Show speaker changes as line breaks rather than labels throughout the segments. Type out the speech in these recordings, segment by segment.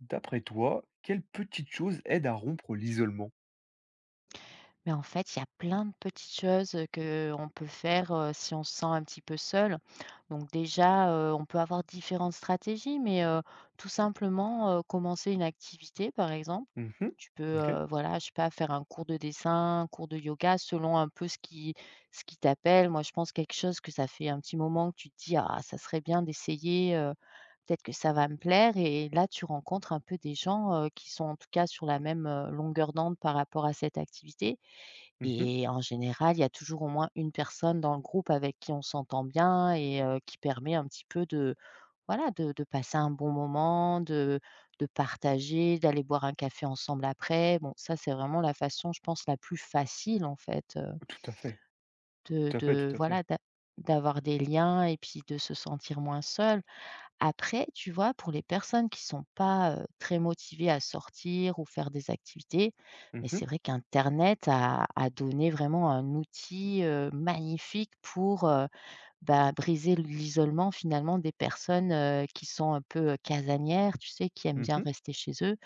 D'après toi, quelle petite chose aide à rompre l'isolement?
Mais en fait, il y a plein de petites choses, qu'on peut faire, si on se sent un petit peu seul. Donc déjà, on peut avoir différentes stratégies, mais, tout simplement, commencer une activité, par exemple.
Mmh.
Tu peux,
OK.
voilà, je sais pas, faire un cours de dessin, un cours de yoga, selon un peu ce qui t'appelle. Moi, je pense quelque chose que ça fait un petit moment que tu te dis: «Ah, ça serait bien d'essayer, peut-être que ça va me plaire» et là, tu rencontres un peu des gens, qui sont en tout cas sur la même, longueur d'onde par rapport à cette activité
Mmh.
et en général, il y a toujours au moins une personne dans le groupe avec qui on s'entend bien et qui permet un petit peu de voilà, de passer un bon moment, de partager, d'aller boire un café ensemble après. Bon, ça, c'est vraiment la façon, je pense, la plus facile, en fait,
Tout à fait,
de
tout à fait,
de
tout à fait.
voilà, d'avoir des liens et puis de se sentir moins seul. Après, tu vois, pour les personnes qui sont pas, très motivées à sortir ou faire des activités,
Mmh
mais
mh.
c'est vrai qu'Internet a donné vraiment un outil, magnifique pour, bah, briser l'isolement finalement des personnes, qui sont un peu, casanières, tu sais, qui aiment bien
Mmh.
rester chez eux.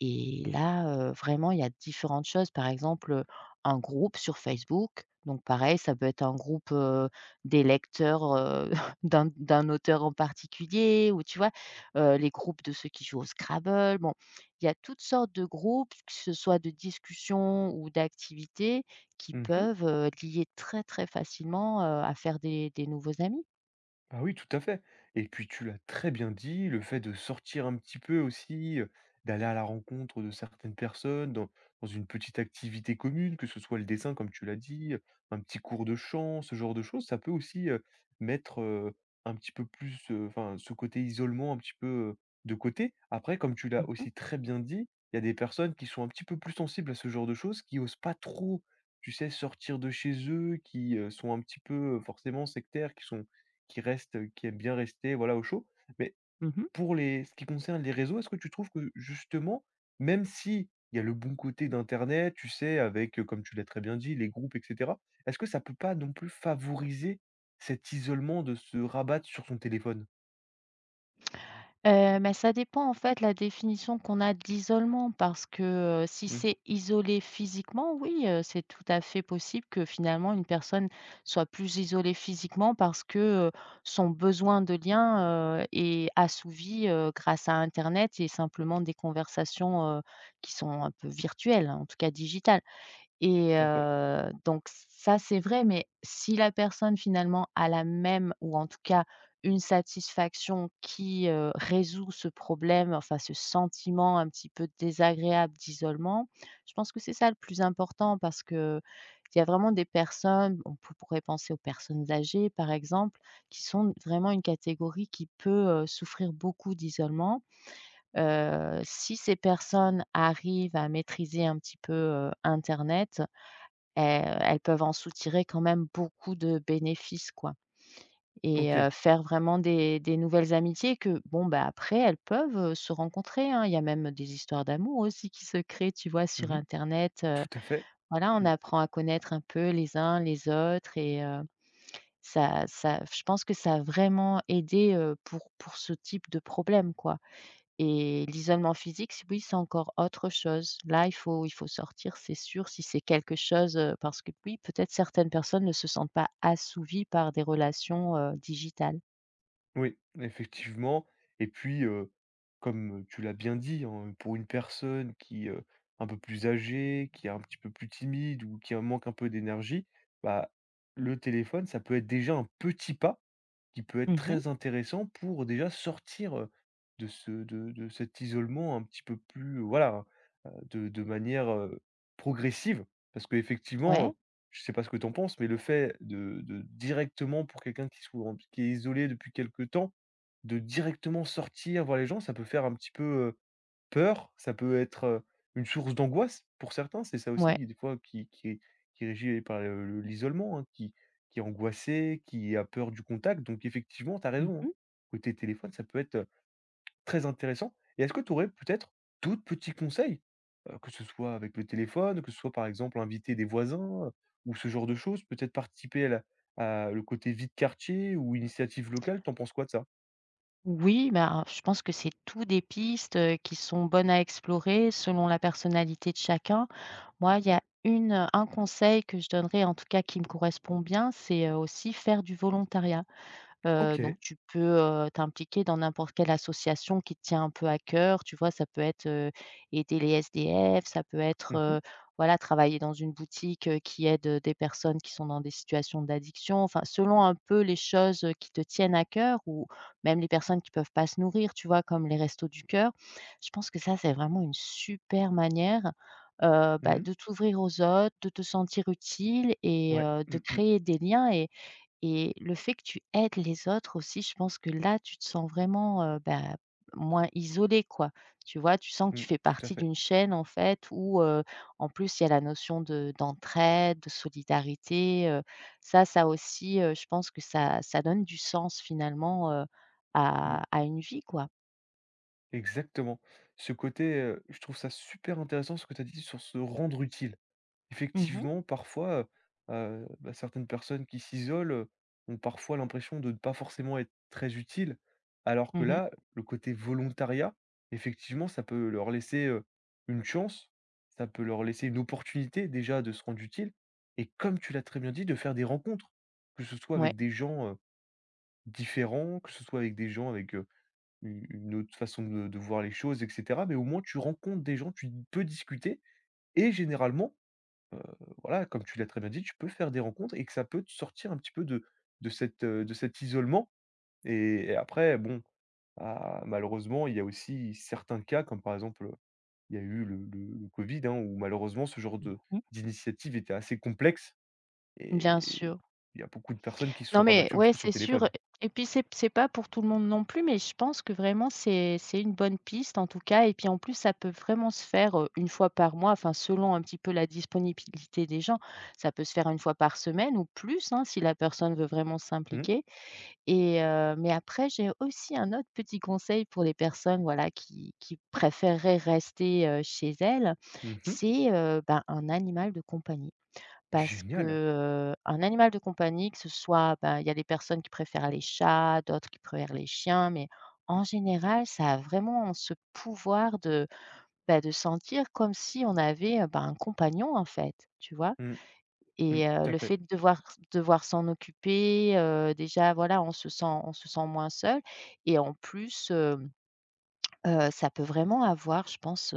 Et là, vraiment, il y a différentes choses. Par exemple, un groupe sur Facebook, donc pareil, ça peut être un groupe, des lecteurs, d'un auteur en particulier ou tu vois? Les groupes de ceux qui jouent au Scrabble. Bon, il y a toutes sortes de groupes, que ce soit de discussions ou d'activités qui
Mmh.
peuvent, lier très, très facilement, à faire des nouveaux amis.
Ah oui, tout à fait. Et puis tu l'as très bien dit, le fait de sortir un petit peu aussi, d'aller à la rencontre de certaines personnes dans une petite activité commune, que ce soit le dessin comme tu l'as dit, un petit cours de chant, ce genre de choses, ça peut aussi, mettre, un petit peu plus, enfin ce côté isolement un petit peu, de côté. Après comme tu
Mmh
l'as
mh.
aussi très bien dit, il y a des personnes qui sont un petit peu plus sensibles à ce genre de choses, qui osent pas trop, tu sais, sortir de chez eux, qui, sont un petit peu, forcément sectaires, qui reste, qui aime bien rester, voilà, au chaud. Mais
Mmh.
pour les ce qui concerne les réseaux, est-ce que tu trouves que justement, même si il y a le bon côté d'internet, tu sais, avec, comme tu l'as très bien dit, les groupes et cetera, est-ce que ça peut pas non plus favoriser cet isolement de se rabattre sur son téléphone?
Mais ça dépend en fait la définition qu'on a d'isolement parce que, si
Mmh.
c'est isolé physiquement, oui, c'est tout à fait possible que finalement une personne soit plus isolée physiquement parce que, heu, son besoin de lien, est assouvi, grâce à internet et simplement des conversations, qui sont un peu virtuelles, en tout cas digitales. Et
Tout à fait.
donc ça, c'est vrai, mais si la personne finalement a la même ou en tout cas une satisfaction qui, résout ce problème, enfin ce sentiment un petit peu désagréable d'isolement, je pense que c'est ça le plus important parce que il y a vraiment des personnes, on pourrait penser aux personnes âgées par exemple, qui sont vraiment une catégorie qui peut, souffrir beaucoup d'isolement. Si ces personnes arrivent à maîtriser un petit peu, internet, Heu, elles peuvent en soutirer quand même beaucoup de bénéfices, quoi et
OK.
faire vraiment des nouvelles amitiés que bon, bah, après elles peuvent, se rencontrer, hein. Il y a même des histoires d'amour aussi qui se créent, tu vois, sur
Mmh.
internet,
Tout à fait.
voilà, on
Mmh.
apprend à connaître un peu les uns les autres et ça je pense que ça a vraiment aidé, pour ce type de problème, quoi. Et l'isolement physique, c oui, c'est encore autre chose. Là, il faut sortir, c'est sûr, si c'est quelque chose, parce que oui, peut-être certaines personnes ne se sentent pas assouvies par des relations, digitales.
Oui, effectivement. Et puis, comme tu l'as bien dit, hein, pour une personne qui, un peu plus âgée, qui est un petit peu plus timide ou qui a manque un peu d'énergie, bah, le téléphone, ça peut être déjà un petit pas qui peut être
Mmh mh.
très intéressant pour déjà sortir, de ce de cet isolement un petit peu plus, voilà, de manière, progressive. Parce qu'effectivement,
Ouais,
je ne sais pas ce que tu en penses, mais le fait de directement pour quelqu'un qui soit en qui est isolé depuis quelque temps, de directement sortir voir les gens, ça peut faire un petit peu, peur, ça peut être, une source d'angoisse pour certains, c'est ça aussi
ouais.
qui des fois qui est régi par le l'isolement, hein, qui est angoissé, qui a peur du contact donc effectivement tu as raison, hein.
Mmh.
Côté téléphone, ça peut être, très intéressant et est-ce que tu aurais peut-être d'autres petits conseils? Que ce soit avec le téléphone, que ce soit par exemple inviter des voisins, ou ce genre de choses, peut-être participer à le côté vie de quartier ou initiative locale, t'en penses quoi de ça?
Oui, ben, je pense que c'est tout des pistes, qui sont bonnes à explorer selon la personnalité de chacun. Moi, il y a un conseil que je donnerais, en tout cas qui me correspond bien, c'est, aussi faire du volontariat. Donc
OK.
tu peux, t'impliquer dans n'importe quelle association qui te tient un peu à cœur, tu vois? Ça peut être, aider les SDF, ça peut être,
Mmh mh.
voilà, travailler dans une boutique, qui aide, des personnes qui sont dans des situations d'addiction. Enfin, selon un peu les choses, qui te tiennent à cœur ou même les personnes qui peuvent pas se nourrir, tu vois? Comme les restos du cœur. Je pense que ça, c'est vraiment une super manière, bah,
Mmh.
de t'ouvrir aux autres, de te sentir utile et
Ouais.
de
Mmh mh.
créer des liens et le fait que tu aides les autres aussi, je pense que là, tu te sens vraiment, bah, moins isolé, quoi. Tu vois? Tu sens que
Mmh.
tu fais
Tout à
partie
fait.
d'une chaîne, en fait, où, en plus, il y a la notion de d'entraide, de solidarité, ça aussi, je pense que ça donne du sens finalement,
Mmh.
à une vie, quoi.
Exactement. Ce côté, je trouve ça super intéressant ce que tu as dit sur se rendre utile.
Mhm mhm.
Effectivement, parfois, heu bah, certaines personnes qui s'isolent, ont parfois l'impression de ne pas forcément être très utiles, alors que là, le côté volontariat, effectivement, ça peut leur laisser, une chance, ça peut leur laisser une opportunité déjà de se rendre utile et comme tu l'as très bien dit, de faire des rencontres, que ce soit
Ouais.
avec des gens, différents, que ce soit avec des gens avec, u une autre façon de voir les choses, et cetera. Mais au moins tu rencontres des gens, tu peux discuter et généralement, heu, voilà, comme tu l'as très bien dit, tu peux faire des rencontres et que ça peut te sortir un petit peu de cet isolement et après bon, ah, malheureusement, il y a aussi certains cas comme par exemple, il y a eu le covid, hein, où malheureusement ce genre de
Mmh.
d'initiative était assez complexe
Bien
et
sûr.
il y a beaucoup de personnes qui se sont
Non mais
rabattues un petit
ouais,
peu sur
c'est
le téléphone.
sûr et puis c'est pas pour tout le monde non plus, mais je pense que vraiment c'est une bonne piste en tout cas et puis en plus ça peut vraiment se faire, une fois par mois, enfin selon un petit peu la disponibilité des gens. Ça peut se faire une fois par semaine ou plus, hein, si la personne veut vraiment
Mmh.
s'impliquer et mais après j'ai aussi un autre petit conseil pour les personnes, voilà, qui préféreraient rester, chez elles,
Mmh.
c'est, ben, un animal de compagnie. Parce que,
Génial.
un animal de compagnie, que ce soit, ben, il y a des personnes qui préfèrent les chats, d'autres qui préfèrent les chiens, mais en général, ça a vraiment ce pouvoir de, ben de sentir comme si on avait, ben, un compagnon, en fait, tu vois?
Mmh. Mmh.
Et
Tout à
le
fait.
fait de devoir s'en occuper, déjà, voilà, on se sent moins seul et en plus, ça peut vraiment avoir, je pense,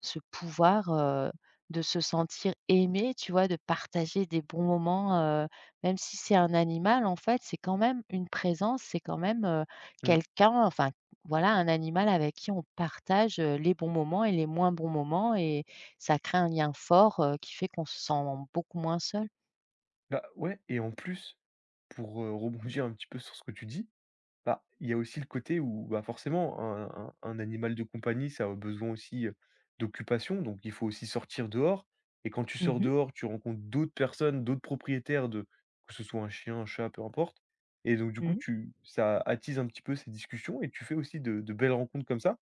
ce pouvoir, de se sentir aimé, tu vois? De partager des bons moments, heu, même si c'est un animal, en fait, c'est quand même une présence, c'est quand même,
Mmh.
quelqu'un enfin, voilà, un animal avec qui on partage, les bons moments et les moins bons moments et ça crée un lien fort, qui fait qu'on se sent beaucoup moins seul.
Bah, ouais et en plus, pour, rebondir un petit peu sur ce que tu dis, bah, il y a aussi le côté où, bah, forcément un animal de compagnie, ça a besoin aussi, d'occupation, donc il faut aussi sortir dehors et quand tu sors
Mmh.
dehors, tu rencontres d'autres personnes, d'autres propriétaires de que ce soit un chien, un chat, peu importe et donc du coup,
Mmh.
tu ça attise un petit peu ces discussions et tu fais aussi de belles rencontres comme ça.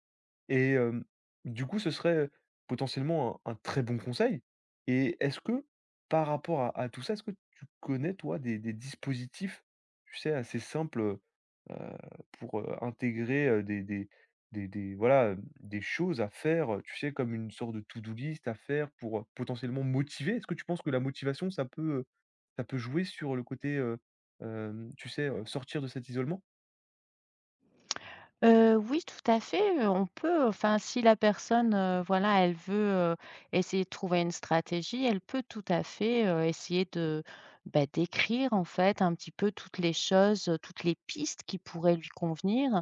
Et hem, du coup, ce serait, potentiellement un très bon conseil. Et est-ce que, par rapport à tout ça, est-ce que tu connais, toi, des dispositifs, tu sais, assez simples, pour, intégrer, des voilà, des choses à faire, tu sais, comme une sorte de to-do list à faire pour, potentiellement motiver? Est-ce que tu penses que la motivation, ça peut jouer sur le côté, hem, tu sais, sortir de cet isolement?
Oui, tout à fait, on peut, enfin, si la personne, voilà, elle veut, essayer de trouver une stratégie, elle peut tout à fait, essayer de, bah, d'écrire, en fait, un petit peu toutes les choses, toutes les pistes qui pourraient lui convenir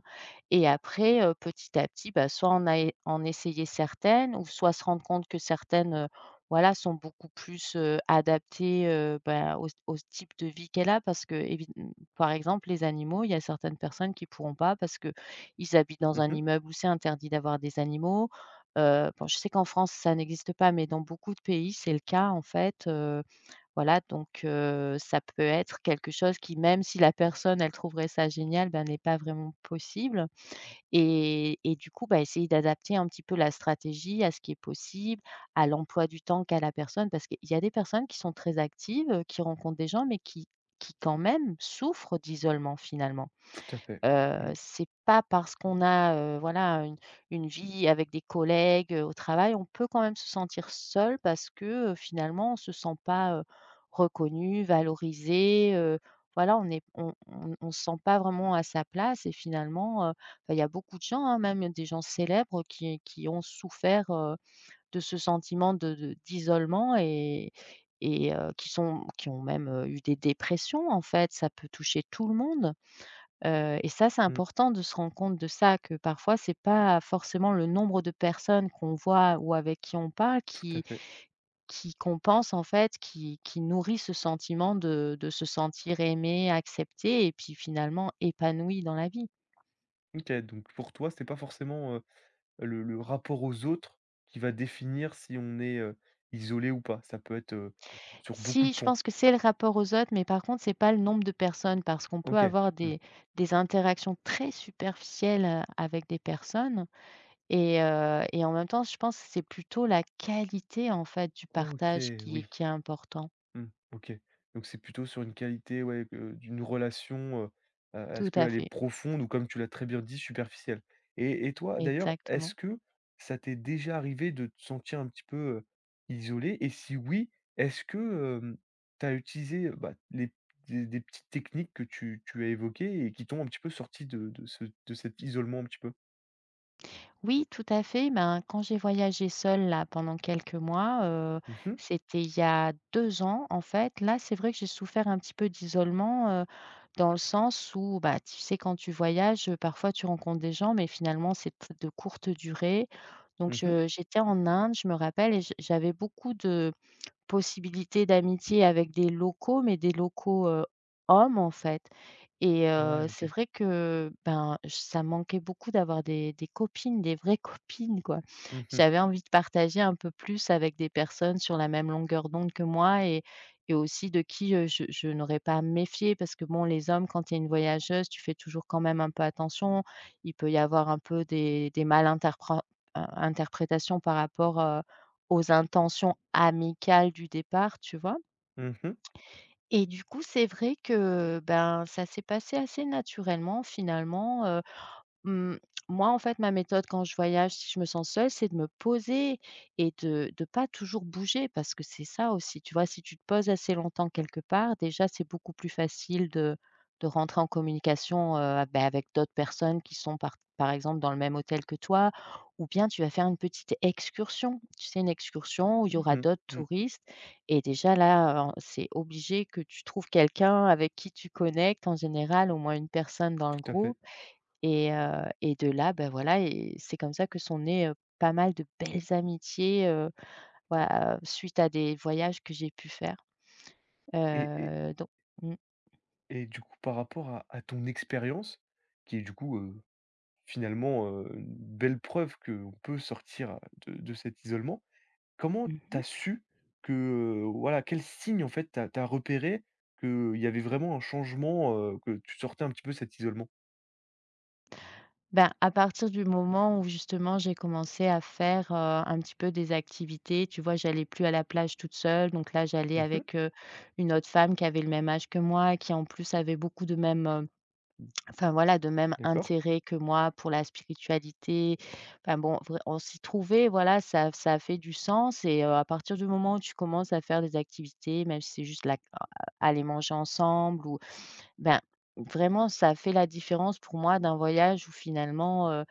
et après, petit à petit, bah, soit en essayer certaines ou soit se rendre compte que certaines, voilà, sont beaucoup plus, adaptées, bah, au type de vie qu'elle a parce que, évi par exemple, les animaux, il y a certaines personnes qui pourront pas parce que, ils habitent dans un
Mmh.
immeuble où c'est interdit d'avoir des animaux. Bon, je sais qu'en France, ça n'existe pas, mais dans beaucoup de pays, c'est le cas, en fait, voilà, donc ça peut être quelque chose qui, même si la personne, elle trouverait ça génial, bah, n'est pas vraiment possible et du coup, bah, essayer d'adapter un petit peu la stratégie à ce qui est possible, à l'emploi du temps qu'a la personne. Parce qu'il y a des personnes qui sont très actives, qui rencontrent des gens, mais qui quand même souffrent d'isolement, finalement.
Tout à fait. Mmh,
C'est pas parce qu'on a, voilà, une vie avec des collègues, au travail, on peut quand même se sentir seul parce que, finalement on se sent pas, reconnu, valorisé, voilà, on est on se sent pas vraiment à sa place et finalement, bah, il y a beaucoup de gens, hein, même des gens célèbres qui ont souffert, de ce sentiment de d'isolement et qui ont même, eu des dépressions en fait, ça peut toucher tout le monde. Et ça, c'est
mmh,
important de se rendre compte de ça, que parfois c'est pas forcément le nombre de personnes qu'on voit ou avec qui on parle
tout à fait.
qui compense en fait, qui nourrit ce sentiment de se sentir aimé, accepté et puis finalement épanoui dans la vie.
OK, donc pour toi, c'est pas forcément, le rapport aux autres qui va définir si on est, isolé ou pas. Ça peut être, sur beaucoup de
Si, je
points.
pense que c'est le rapport aux autres, mais par contre c'est pas le nombre de personnes parce qu'on peut
OK.
avoir
Mmh.
des interactions très superficielles, avec des personnes. Et en même temps, je pense que c'est plutôt la qualité, en fait, du partage
OK,
qui est
oui.
qui est important.
Mmh, OK. Donc c'est plutôt sur une qualité, ouais, d'une relation,
Tout
est-ce
à
qu'elle est
fait,
profonde ou comme tu l'as très bien dit, superficielle? Et toi, d'ailleurs,
exactement.
est-ce que ça t'est déjà arrivé de te sentir un petit peu, isolée? Et si oui, est-ce que, hem, tu as utilisé, bah, les des petites techniques que tu as évoquées et qui t'ont un petit peu sorti de cet isolement un petit peu?
Oui, tout à fait, ben, quand j'ai voyagé seule, là, pendant quelques mois,
Mmh mh.
c'était il y a 2 ans, en fait. Là, c'est vrai que j'ai souffert un petit peu d'isolement, dans le sens où, bah, tu sais, quand tu voyages, parfois tu rencontres des gens, mais finalement, c'est de courte durée. Donc
Mmh.
je j'étais en Inde, je me rappelle et j'avais beaucoup de possibilité d'amitié avec des locaux, mais des locaux, hommes en fait et
Ouais,
c'est
OK.
vrai que, ben, j ça me manquait beaucoup d'avoir des copines, des vraies copines quoi.
Mmh mh.
J'avais envie de partager un peu plus avec des personnes sur la même longueur d'onde que moi et aussi de qui, je n'aurais pas à me méfier parce que bon, les hommes, quand il y a une voyageuse, tu fais toujours quand même un peu attention. Il peut y avoir un peu des mal interprétations par rapport, aux intentions amicales du départ, tu vois?
Mmh mh.
Et du coup, c'est vrai que, ben, ça s'est passé assez naturellement finalement, Mmh, moi, en fait, ma méthode quand je voyage, si je me sens seule, c'est de me poser et de pas toujours bouger parce que c'est ça aussi, tu vois? Si tu te poses assez longtemps quelque part, déjà, c'est beaucoup plus facile de rentrer en communication, bah, avec d'autres personnes qui sont par exemple dans le même hôtel que toi ou bien tu vas faire une petite excursion. Tu sais, une excursion où il y aura
Mmh.
d'autres
Mmh,
touristes et déjà là, c'est obligé que tu trouves quelqu'un avec qui tu connectes, en général au moins une personne dans le
tout à fait.
groupe et de là, ben voilà et c'est comme ça que sont nées, pas mal de belles amitiés, voilà, suite à des voyages que j'ai pu faire.
et
Donc mmh.
Et du coup, par rapport à ton expérience, qui est du coup, finalement, une belle preuve qu'on peut sortir, de cet isolement, comment tu as
Mmh.
su que, voilà, quels signes en fait tu as qu'il y avait vraiment un changement, que tu sortais un petit peu de cet isolement?
Ben, à partir du moment où justement j'ai commencé à faire, un petit peu des activités, tu vois? J'allais plus à la plage toute seule, donc là j'allais
Mmh.
avec, une autre femme qui avait le même âge que moi, qui en plus avait beaucoup de mêmes, enfin voilà, de même
D'accord.
intérêt que moi pour la spiritualité. Enfin bon, vrai on s'y trouvait, voilà, ça a fait du sens et à partir du moment où tu commences à faire des activités, même si c'est juste la aller manger ensemble ou ben, vraiment ça a fait la différence pour moi d'un voyage où finalement,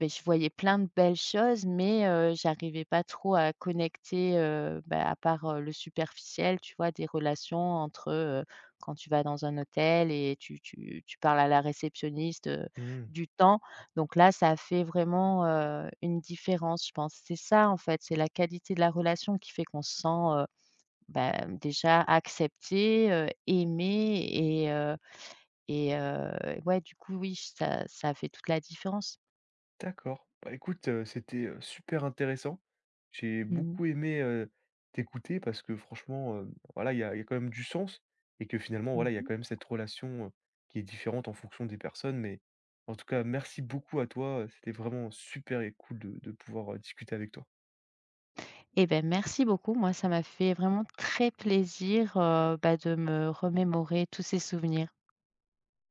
beh, je voyais plein de belles choses, mais j'arrivais pas trop à connecter, bah, à part, le superficiel, tu vois? Des relations entre, quand tu vas dans un hôtel et tu parles à la réceptionniste,
Mmh.
du temps. Donc là, ça fait vraiment, une différence, je pense. C'est ça, en fait, c'est la qualité de la relation qui fait qu'on se sent, bah, déjà accepté, aimé et ouais, du coup, oui, ça fait toute la différence.
D'accord. Bah, écoute, c'était, super intéressant. J'ai
Mmh mh.
beaucoup aimé, t'écouter parce que franchement, voilà, il y a quand même du sens et que finalement, voilà, il y a
Mmh.
quand même cette relation, qui est différente en fonction des personnes. Mais en tout cas, merci beaucoup à toi, c'était vraiment super et cool de pouvoir, discuter avec toi.
Eh ben merci beaucoup. Moi, ça m'a fait vraiment très plaisir, bah, de me remémorer tous ces souvenirs.